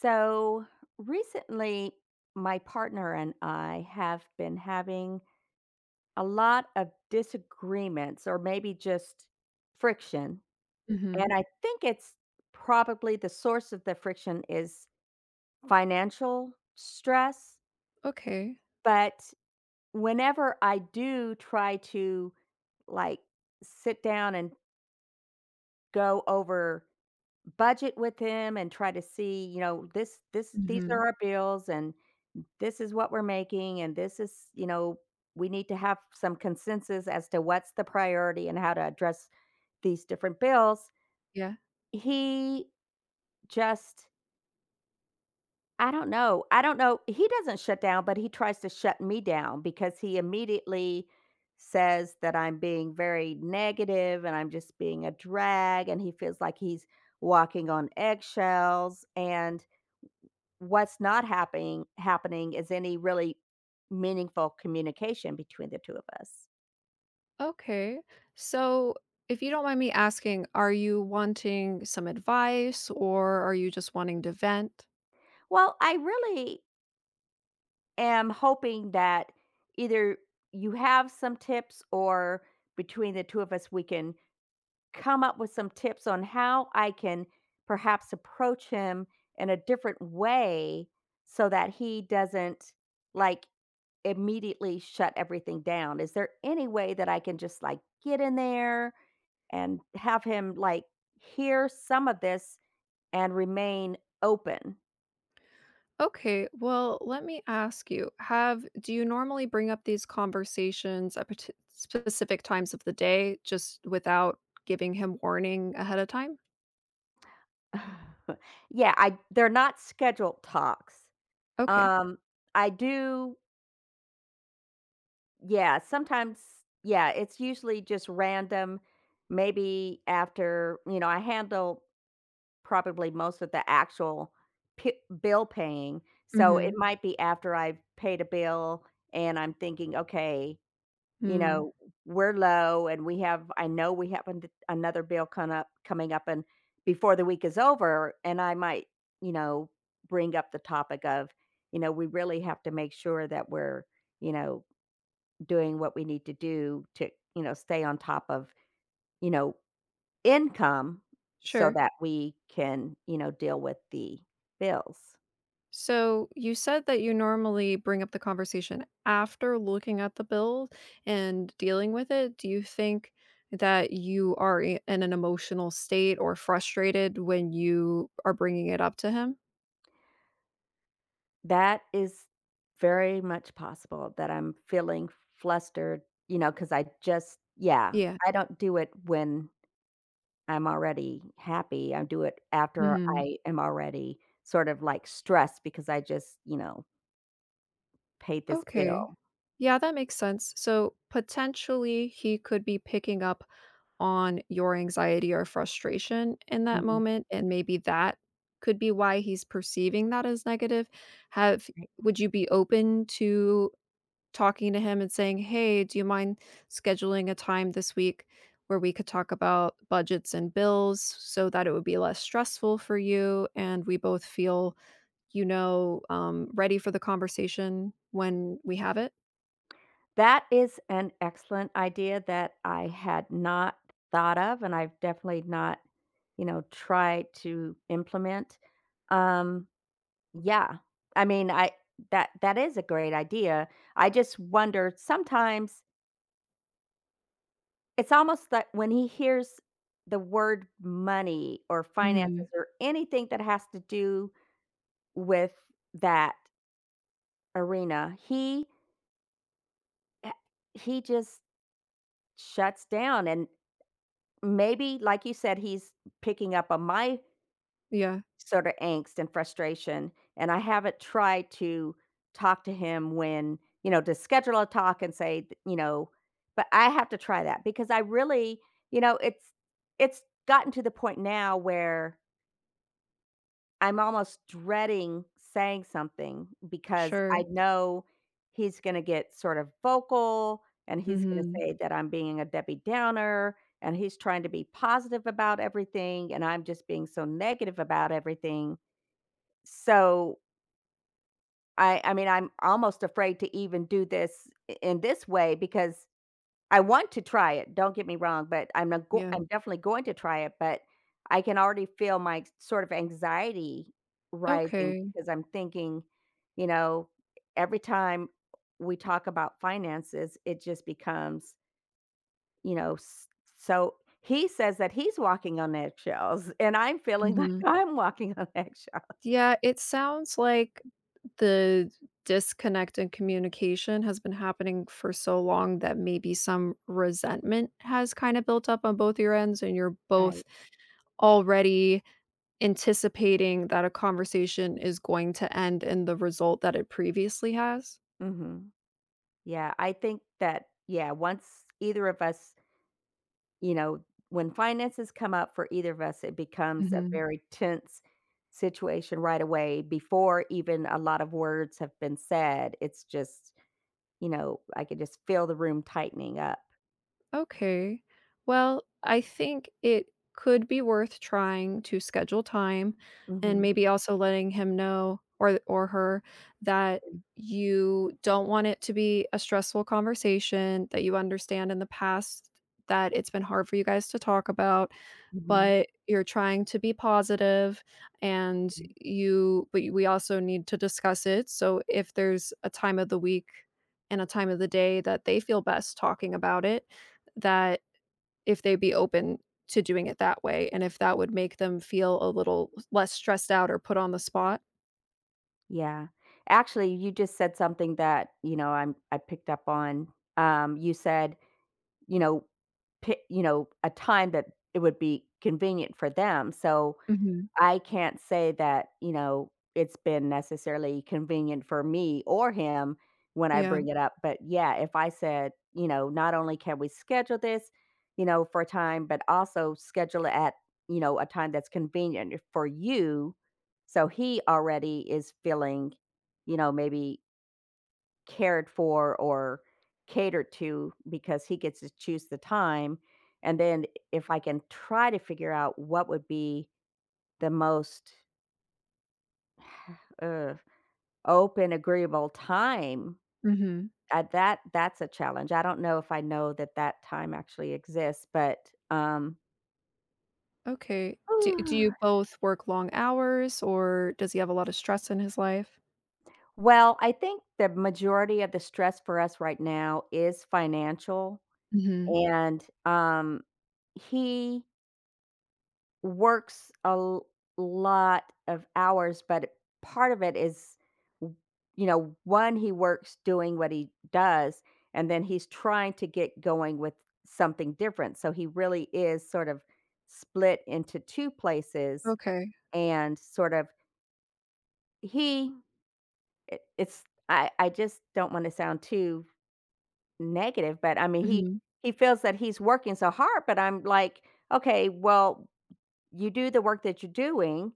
So recently, my partner and I have been having a lot of disagreements or maybe just friction. Mhm. And I think it's probably the source of the friction is financial stress. Okay. But whenever I do try to like sit down and go over budget with him and try to see, this this these Mhm. are our bills and this is what we're making, and this is, we need to have some consensus as to what's the priority and how to address these different bills. Yeah. He just I don't know. I don't know. He doesn't shut down, but he tries to shut me down because he immediately says that I'm being very negative and I'm just being a drag and he feels like he's walking on eggshells. And what's not happening is any really meaningful communication between the 2 of us. Okay. So, if you don't mind me asking, are you wanting some advice or are you just wanting to vent? Well, I really am hoping that either you have some tips or between the 2 of us, we can come up with some tips on how I can perhaps approach him in a different way so that he doesn't, like, immediately shut everything down. Is there any way that I can just like get in there and have him like hear some of this and remain open? Okay. Well, let me ask you, have do you normally bring up these conversations at parti specific times of the day just without giving him warning ahead of time? yeah, I they're not scheduled talks. Okay. Um I do, yeah, sometimes. Yeah, it's usually just random, maybe after, I handle probably most of the actual p bill paying, so it Mhm. might be after I've paid a bill and I'm thinking, "Okay, you Mm. know, we're low and we have I know we have an another bill come up coming up and before the week is over," and I might, you know, bring up the topic of, we really have to make sure that we're, you know, doing what we need to do to, stay on top of, you know, income so Sure. that we can, deal with the bills. So you said that you normally bring up the conversation after looking at the bill and dealing with it. Do you think that you are in an emotional state or frustrated when you are bringing it up to him? That is very much possible that I'm feeling flustered, you know, because I just, yeah, I don't do it when I'm already happy. I do it after Yeah. I am already sort of, like, stressed because I just, paid this Okay. bill. Yeah, that makes sense. So potentially he could be picking up on your anxiety or frustration in that Mhm, moment, and maybe that could be why he's perceiving that as negative. Have right. Would you be open to talking to him and saying, "Hey, do you mind scheduling a time this week where we could talk about budgets and bills so that it would be less stressful for you and we both feel, you know, ready for the conversation when we have it?" That is an excellent idea that I had not thought of, and I've definitely not, try to implement. Um, yeah. I mean, I that that is a great idea. I just wonder sometimes it's almost that when he hears the word money or finances Mhm. or anything that has to do with that arena, eh, he just shuts down and maybe like you said he's picking up on my Yeah, sort of angst and frustration, and I haven't tried to talk to him when, to schedule a talk and say, th but I have to try that because I really, it's, gotten to the point now where I'm almost dreading saying something because I sure. know he's gonna get sort of vocal, and he's gonna Mhm. say that I'm being a Debbie Downer, and he's trying to be positive about everything, and I'm just being so negative about everything. So, I mean, I'm almost afraid to even do this I in this way because I want to try it, don't get me wrong, but I'm not go Yeah. I'm definitely going to try it. But I can already feel my sort of anxiety rising Okay. because I'm thinking, you know, every time we talk about finances, it just becomes, you know, s so he says that he's walking on eggshells, and I'm feeling like Mhm. I'm walking on eggshells. Yeah, it sounds like the disconnect in communication has been happening for so long that maybe some resentment has kind of built up on both your ends, and you're both Right. already anticipating that a conversation is going to end in the result that it previously has? Mhm. Yeah, I think that, yeah, once either of us, you know, when finances come up for either of us, it becomes a Mhm. very tense situation right away before even a lot of words have been said. It's just, you know, I could just feel the room tightening up. Okay. Well, I think it could be worth trying to schedule time and hmm maybe also letting him know, or her, that you don't want it to be a stressful conversation, that you understand in the past that it's been hard for you guys to talk about, hmm but you're trying to be positive and you, but we also need to discuss it. So if there's a time of the week and a time of the day that they feel best talking about it, that if they'd be open to doing it that way and if that would make them feel a little less stressed out or put on the spot. Yeah. Actually, you just said something that, you know, I picked up on. You said, you know, you know, a time that it would be convenient for them. So, Mhm. I can't say that you know, it's been necessarily convenient for me or him when I Yeah. bring it up, but yeah, if I said, you know, "Not only can we schedule this you know, for a time, but also schedule it at you know, a time that's convenient for you." So he already is feeling you know, maybe cared for or catered to because he gets to choose the time, and then if I can try to figure out what would be the most Ugh, open, agreeable time, Mhm. That's a challenge. I don't know if I know that that time actually exists, but, um Okay. Do you Ooh. both work long hours or does he have a lot of stress in his life? Well, I think the majority of the stress for us right now is financial, Mhm. and, he works a l lot of hours. But part of it is, w you know, 1, he works doing what he does, and then he's trying to get going with something different, so he really is sort of split into 2 places, Okay. and sort of he I it's I just don't wanna sound too negative. But I mean, Mhm. he feels that he's working so hard. But I'm like, "Okay, well, you do the work that you're doing,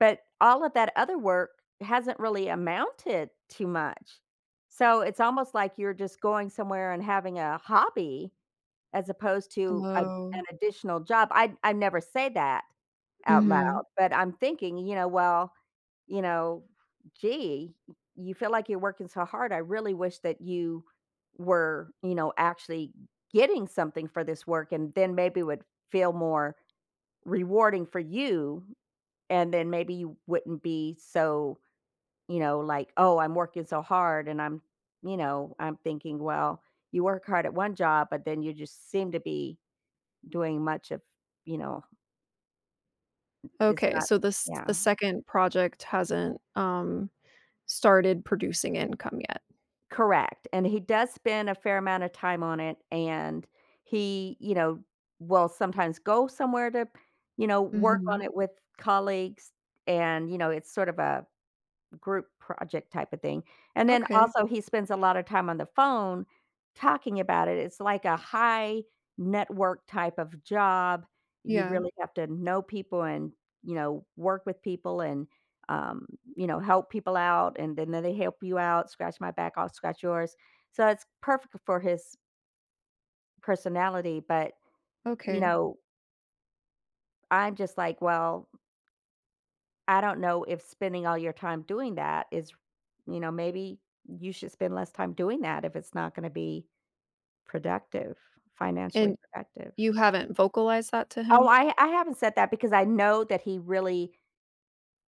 but all of that other work hasn't really amounted to much. So it's almost like you're just going somewhere and having a hobby as opposed to an Oh. additional job. I never say that out Mhm. loud, but I'm thinking, you know, well, you know, gee, you feel like you're working so hard. I really wish that you were you know, actually getting something for this work and then maybe it would feel more rewarding for you, and then maybe you wouldn't be so, you know, like, 'Oh, I'm working so hard,' and I'm you know, I'm thinking, well, you work hard at one job, but then you just seem to be doing much of, you know, it's Okay, not, so this yeah." the second project hasn't, started producing income yet. Correct, and he does spend a fair amount of time on it, and he you know, will sometimes go somewhere to you know, work on Mhm. it with colleagues, and you know, it's sort of a group project type of thing. And then Okay. also he spends a lot of time on the phone talking about it. It's like a high network type of job. You Yeah, really have to know people and you know, work with people and, um, you know, help people out, and then they help you out, scratch my back, I'll scratch yours. So it's perfect for his personality. But, you okay. know, I'm just like, well, I don't know if spending all your time doing that is, you know, maybe you should spend less time doing that if it's not gonna be productive, financially And productive. you haven't vocalized that to Oh, him? I haven't said that because I know that he really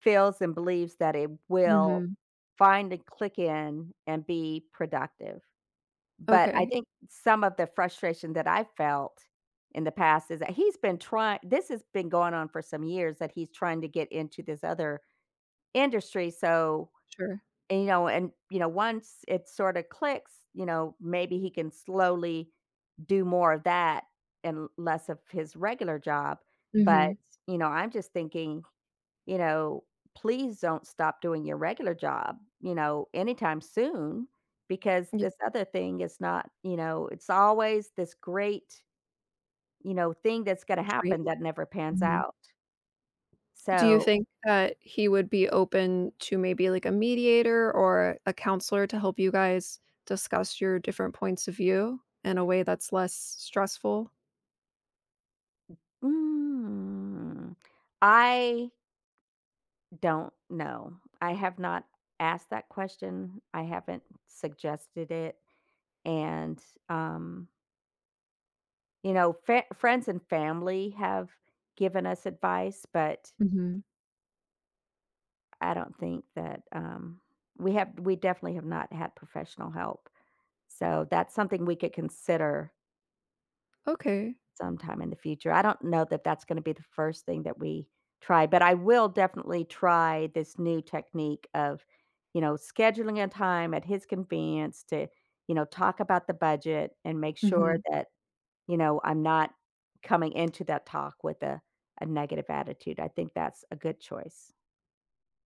feels and believes that it will Mhm. find and click in and be productive. But I Okay. think some of the frustration that I felt in the past is that he's been trying this has been going on for some years that he's trying to get into this other industry. So, Sure. Once it sorta clicks, you know, maybe he can slowly do more of that and l less of his regular job. But Mhm. you know, I'm just thinking, you know, please don't stop doing your regular job you know, anytime soon because Yeah, this other thing is not, you know, it's always this great you know, thing that's gonna dream. happen that never pans Mhm. out. Do you So, think that he would be open to maybe, like, a mediator or a counselor to help you guys discuss your different points of view in a way that's less stressful? mm, I don't know. I have not asked that question. I haven't suggested it. And, um, you know, friends and family have given us advice, but Mhm. I don't think that, we definitely have not had professional help. So that's something we could consider Okay. sometime in the future. I don't know that that's gonna be the first thing that we try, but I will definitely try this new technique of you know, scheduling a time at his convenience to you know, talk about the budget and make sure Mhm. that you know, I'm not coming into that talk with a negative attitude. I think that's a good choice.